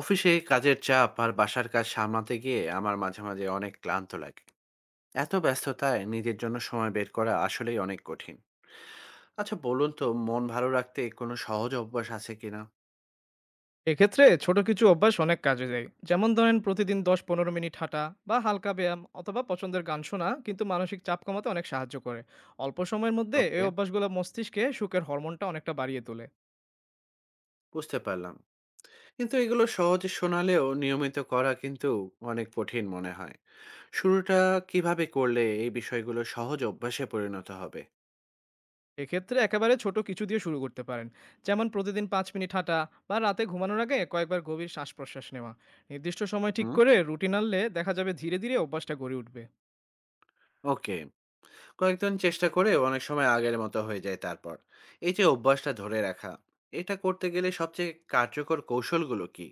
অফিসে কাজের চাপ আর বাসার কাজ সামলাতে গিয়ে আমার মাঝে মাঝে অনেক ক্লান্ত লাগে। এত ব্যস্ততায় নিজের জন্য সময় বের করা আসলেই অনেক কঠিন। আচ্ছা, বলুন তো মন ভালো রাখতে কোনো সহজ অভ্যাস আছে কিনা? এক্ষেত্রে ছোট কিছু অভ্যাস অনেক কাজে দেয়। যেমন ধরেন, প্রতিদিন ১০-১৫ মিনিট হাঁটা বা হালকা ব্যায়াম অথবা পছন্দের গান শোনা কিন্তু মানসিক চাপ কমাতে অনেক সাহায্য করে। অল্প সময়ের মধ্যে এই ওকে, অভ্যাসগুলো মস্তিষ্কে সুখের হরমোনটা অনেকটা বাড়িয়ে তোলে। বুঝতে পারলাম। কিন্তু এগুলো সহজে শোনালেও নিয়মিত করা কিন্তু অনেক কঠিন মনে হয়। শুরুটা কিভাবে করলে এই বিষয়গুলো সহজ অভ্যাসে পরিণত হবে? এক্ষেত্রে একেবারে ছোট কিছু দিয়ে শুরু করতে পারেন। যেমন প্রতিদিন ৫ মিনিট হাঁটা বা রাতে ঘুমানোর আগে কয়েকবার গভীর শ্বাস প্রশ্বাস নেওয়া। নির্দিষ্ট সময় ঠিক হুম, করে রুটিন আনলে দেখা যাবে ধীরে ধীরে অভ্যাসটা গড়ে উঠবে। ওকে। কয়েকজন চেষ্টা করে অনেক সময় আগের মতো হয়ে যায়। তারপর এই যে অভ্যাসটা ধরে রাখা, এটা করতে গেলে সবচেয়ে কার্যকর কৌশলগুলো কি?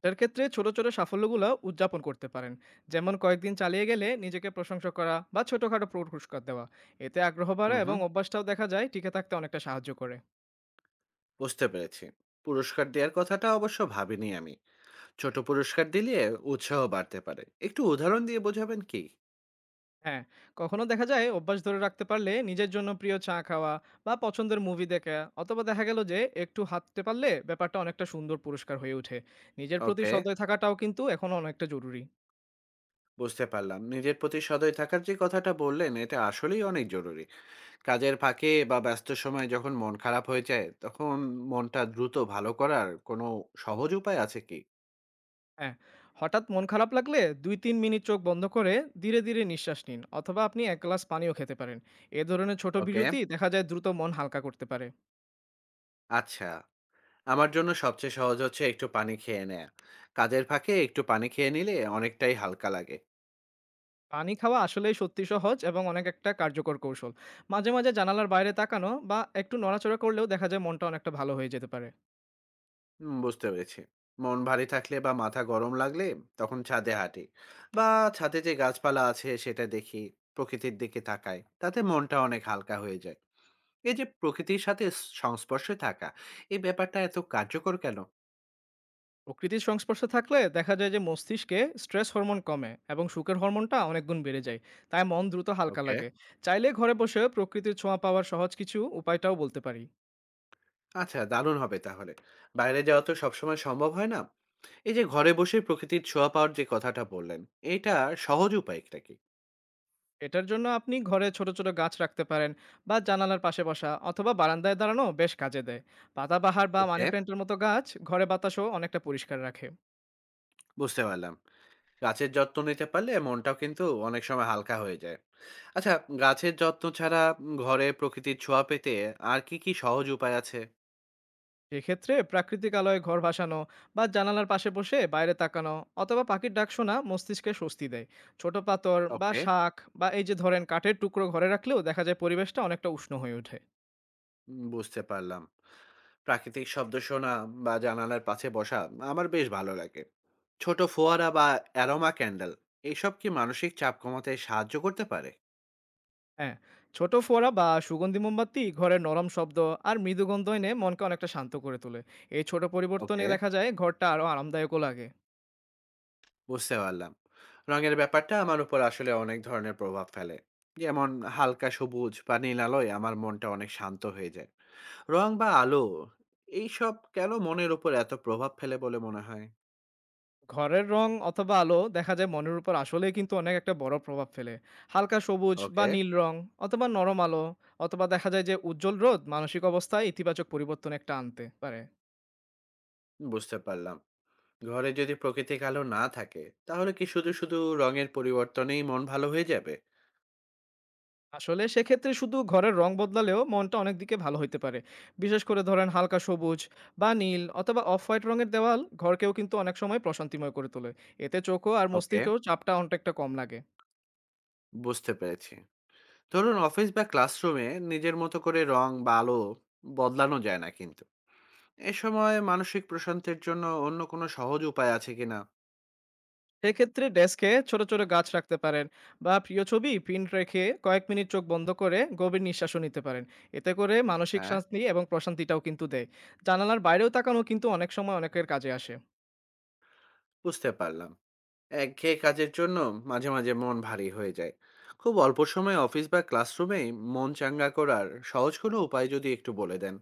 এটার ক্ষেত্রে ছোট ছোট সাফল্যগুলো উদযাপন করতে পারেন। যেমন কয়েকদিন চালিয়ে গেলে নিজেকে প্রশংসা করা বা ছোটখাটো পুরস্কার দেওয়া। এতে আগ্রহ বাড়ে হুম এবং হুম, অভ্যাসটাও দেখা যায় টিকে থাকতে অনেকটা সাহায্য করে। বুঝতে পেরেছি। পুরস্কার দেওয়ার কথাটা অবশ্য ভাবিনি আমি। ছোট পুরস্কার দিলে উৎসাহ বাড়তে পারে, একটু উদাহরণ দিয়ে বোঝাবেন কি? হ্যাঁ, কখনো দেখা যায় অভ্যাস ধরে রাখতে পারলে নিজের জন্য প্রিয় চা খাওয়া বা পছন্দের মুভি দেখা, অথবা দেখা গেল যে একটু হাঁটতে পারলে ব্যাপারটা অনেকটা সুন্দর পুরস্কার হয়ে ওঠে। নিজের প্রতি ওকে, সদয় থাকাটাও কিন্তু এখন অনেকটা জরুরি। বুঝতে পারলাম। নিজের প্রতি সদয় থাকার যে কথাটা বললেন, এটা আসলেই অনেক জরুরি। কাজের ফাঁকে বা ব্যস্ত সময়ে যখন মন খারাপ হয়ে যায়, তখন মনটা দ্রুত ভালো করার কোনো সহজ উপায় আছে কি? হ্যাঁ, হঠাৎ মন খারাপ লাগলে ২-৩ মিনিট চোখ বন্ধ করে ধীরে, ধীরে নিঃশ্বাস নিন, অথবা আপনি ১ গ্লাস পানিও খেতে পারেন। এ ধরনের ছোট ওকে, বিরতি দেখা যায় দ্রুত মন হালকা করতে পারে। আচ্ছা। আমার জন্য সবচেয়ে সহজ হচ্ছে একটু পানি খেয়ে নেয়া। কাজের ফাঁকে একটু পানি খেয়ে নিলে অনেকটাই হালকা লাগে। পানি খাওয়া আসলেই সত্যি সহজ এবং অনেক একটা কার্যকর কৌশল। মাঝে, মাঝে জানালার বাইরে তাকানো বা একটু নড়াচড়া করলেও দেখা যায় মনটা অনেকটা ভালো হয়ে যেতে পারে। বুঝতে পেরেছি। মন ভারী থাকলে বা মাথা গরম লাগলে তখন ছাদে হাঁটি, বা ছাদে যে গাছপালা আছে সেটা দেখি, প্রকৃতির দিকে তাকাই। তাতে মনটা অনেক হালকা হয়ে যায়। এই যে প্রকৃতির সাথে সংস্পর্শে থাকা, এই ব্যাপারটা এত কার্যকর কেন? প্রকৃতির সংস্পর্শে থাকলে দেখা যায় যে মস্তিষ্কে স্ট্রেস হরমোন কমে এবং সুখের হরমোনটা অনেক গুণ বেড়ে যায়। তাই মন দ্রুত হালকা ওকে, লাগে। চাইলে ঘরে বসে প্রকৃতির ছোঁয়া পাওয়ার সহজ কিছু উপায়টাও বলতে পারি। আচ্ছা, দারুণ হবে তাহলে। বাইরে যাওয়া তো সবসময় সম্ভব হয় না। এই যে ঘরে বসে প্রকৃতির ছোঁয়া পাওয়ার যে কথাটা বললেন, এইটার সহজ উপায়টা কি? এটার জন্য আপনি ঘরে ছোট ছোট গাছ রাখতে পারেন, বা জানালার পাশে বসা অথবা বারান্দায় দাঁড়ানো বেশ কাজে দেয়। পাতাবাহার বা মানি ওকে, প্ল্যান্টের মতো গাছ ঘরে বাতাসও অনেকটা পরিষ্কার রাখে। বুঝতে পারলাম। গাছের যত্ন নিতে পারলে মনটাও কিন্তু অনেক সময় হালকা হয়ে যায়। আচ্ছা, গাছের যত্ন ছাড়া ঘরে প্রকৃতির ছোঁয়া পেতে আর কি, কি সহজ উপায় আছে? এক্ষেত্রে প্রাকৃতিক আলোয় ঘর ভাসানো বা জানালার পাশে বসে বাইরে তাকানো অথবা পাখির ডাক শোনা মস্তিষ্কে স্বস্তি দেয়। ছোট পাথর বা ওকে, শাক বা এই যে ধরেন কাঠের টুকরো ঘরে রাখলেও দেখা যায় পরিবেশটা অনেকটা উষ্ণ হয়ে ওঠে। বুঝতে পারলাম। প্রাকৃতিক শব্দ শোনা বা জানালার পাশে বসা আমার বেশ ভালো লাগে। ছোট ফোয়ারা বা অ্যারোমা ক্যান্ডেল, এসব কি মানসিক চাপ কমাতে সাহায্য করতে পারে? হ্যাঁ, ছোট ফোঁড়া বা সুগন্ধি মোমবাতি ঘরের নরম শব্দ আর মৃদু গন্ধ এনে মনকে অনেকটা শান্ত করে তোলে। এই ছোট পরিবর্তনে ওকে, দেখা যায় ঘরটা আরো আরামদায়কও লাগে। বুঝতে পারলাম। রঙের ব্যাপারটা আমার উপর আসলে অনেক ধরনের প্রভাব ফেলে। যেমন হালকা সবুজ বা নীল আলোয় আমার মনটা অনেক শান্ত হয়ে যায়। রং বা আলো এইসব কেন মনের উপর এত প্রভাব ফেলে বলে মনে হয়? ঘরের রং অথবা আলো দেখা যায় মনের উপর আসলেই কিন্তু অনেক একটা বড় প্রভাব ফেলে। হালকা সবুজ বা ওকে, নীল রং অথবা নরম আলো, অথবা দেখা যায় যে উজ্জ্বল রোদ মানসিক অবস্থায় ইতিবাচক পরিবর্তন একটা আনতে পারে। বুঝতে পারলাম। ঘরে যদি প্রাকৃতিক আলো না থাকে, তাহলে কি শুধু শুধু রঙের পরিবর্তনেই মন ভালো হয়ে যাবে? আসলে সেক্ষেত্রে শুধু ঘরের রং বদলালেও মনটা অনেক দিকে ভালো হইতে পারে। বিশেষ করে ধরেন হালকা সবুজ বা নীল অথবা অফ হোয়াইট রঙের দেওয়াল ঘরকেও কিন্তু অনেক সময় প্রশান্তিময় করে তোলে। এতে চোখও আর ওকে, মস্তিষ্কেও চাপটা অনেকটা কম লাগে। বুঝতে পেরেছি। ধরুন অফিস বা ক্লাসরুমে নিজের মতো করে রং বা আলো বদলানো যায় না, কিন্তু এ সময় মানসিক প্রশান্তির জন্য অন্য কোনো সহজ উপায় আছে কিনা? সেক্ষেত্রে ডেস্কে ছোট ছোট গাছ রাখতে পারেন, বা প্রিয় ছবি প্রিন্ট রেখে কয়েক মিনিট চোখ বন্ধ করে গভীর নিঃশ্বাসও নিতে পারেন। এতে করে মানসিক হ্যাঁ, শান্তি এবং প্রশান্তিটাও কিন্তু দেয়। জানালার বাইরেও তাকানো কিন্তু অনেক সময় অনেকের কাজে আসে। বুঝতে পারলাম। একঘেয়ে কাজের জন্য মাঝে মাঝে মন ভারী হয়ে যায়। খুব অল্প সময় অফিস বা ক্লাসরুমে মন চাঙ্গা করার সহজ কোনো উপায় যদি একটু বলে দেন।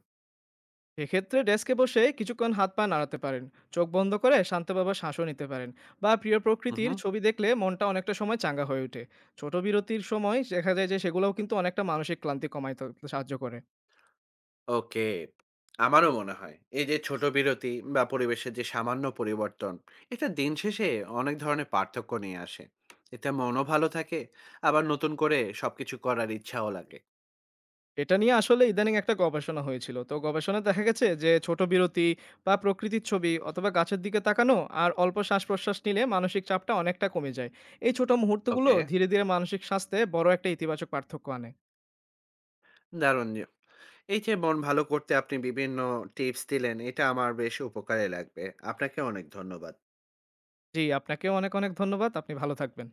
এক্ষেত্রে ডেস্কে বসে কিছুক্ষণ হাত পা নাড়াতে পারেন, চোখ বন্ধ করে শান্তভাবে শ্বাসও নিতে পারেন, বা প্রিয় হুম, প্রকৃতির ছবি দেখলে মনটা অনেকটা সময় চাঙ্গা হয়ে ওঠে। ছোট বিরতির সময় দেখা যায় যে সেগুলোও কিন্তু অনেকটা মানসিক ক্লান্তি কমাইতে সাহায্য করে। ওকে। আমারও মনে হয় এই যে ছোট বিরতি বা পরিবেশের যে সামান্য পরিবর্তন, এটা দিন শেষে অনেক ধরনের পার্থক্য নিয়ে আসে। এতে মনও ভালো থাকে, আবার নতুন করে সবকিছু করার ইচ্ছাও লাগে। এটা নিয়ে আসলে ইদানিং একটা গবেষণা হয়েছিল। তো গবেষণায় দেখা গেছে যে ছোট বিরতি বা প্রকৃতির ছবি অথবা গাছের দিকে তাকানো আর অল্প শ্বাস প্রশ্বাস নিলে মানসিক চাপটা অনেকটা কমে যায়। এই ছোট মুহূর্তগুলো ওকে, ধীরে ধীরে মানসিক স্বাস্থ্যে বড় একটা ইতিবাচক পার্থক্য আনে। দারুণ! জি। এই যে মন ভালো করতে আপনি বিভিন্ন টিপস দিলেন, এটা আমার বেশ উপকারে লাগবে। আপনাকে অনেক ধন্যবাদ। জি, আপনাকেও অনেক অনেক ধন্যবাদ। আপনি ভালো থাকবেন।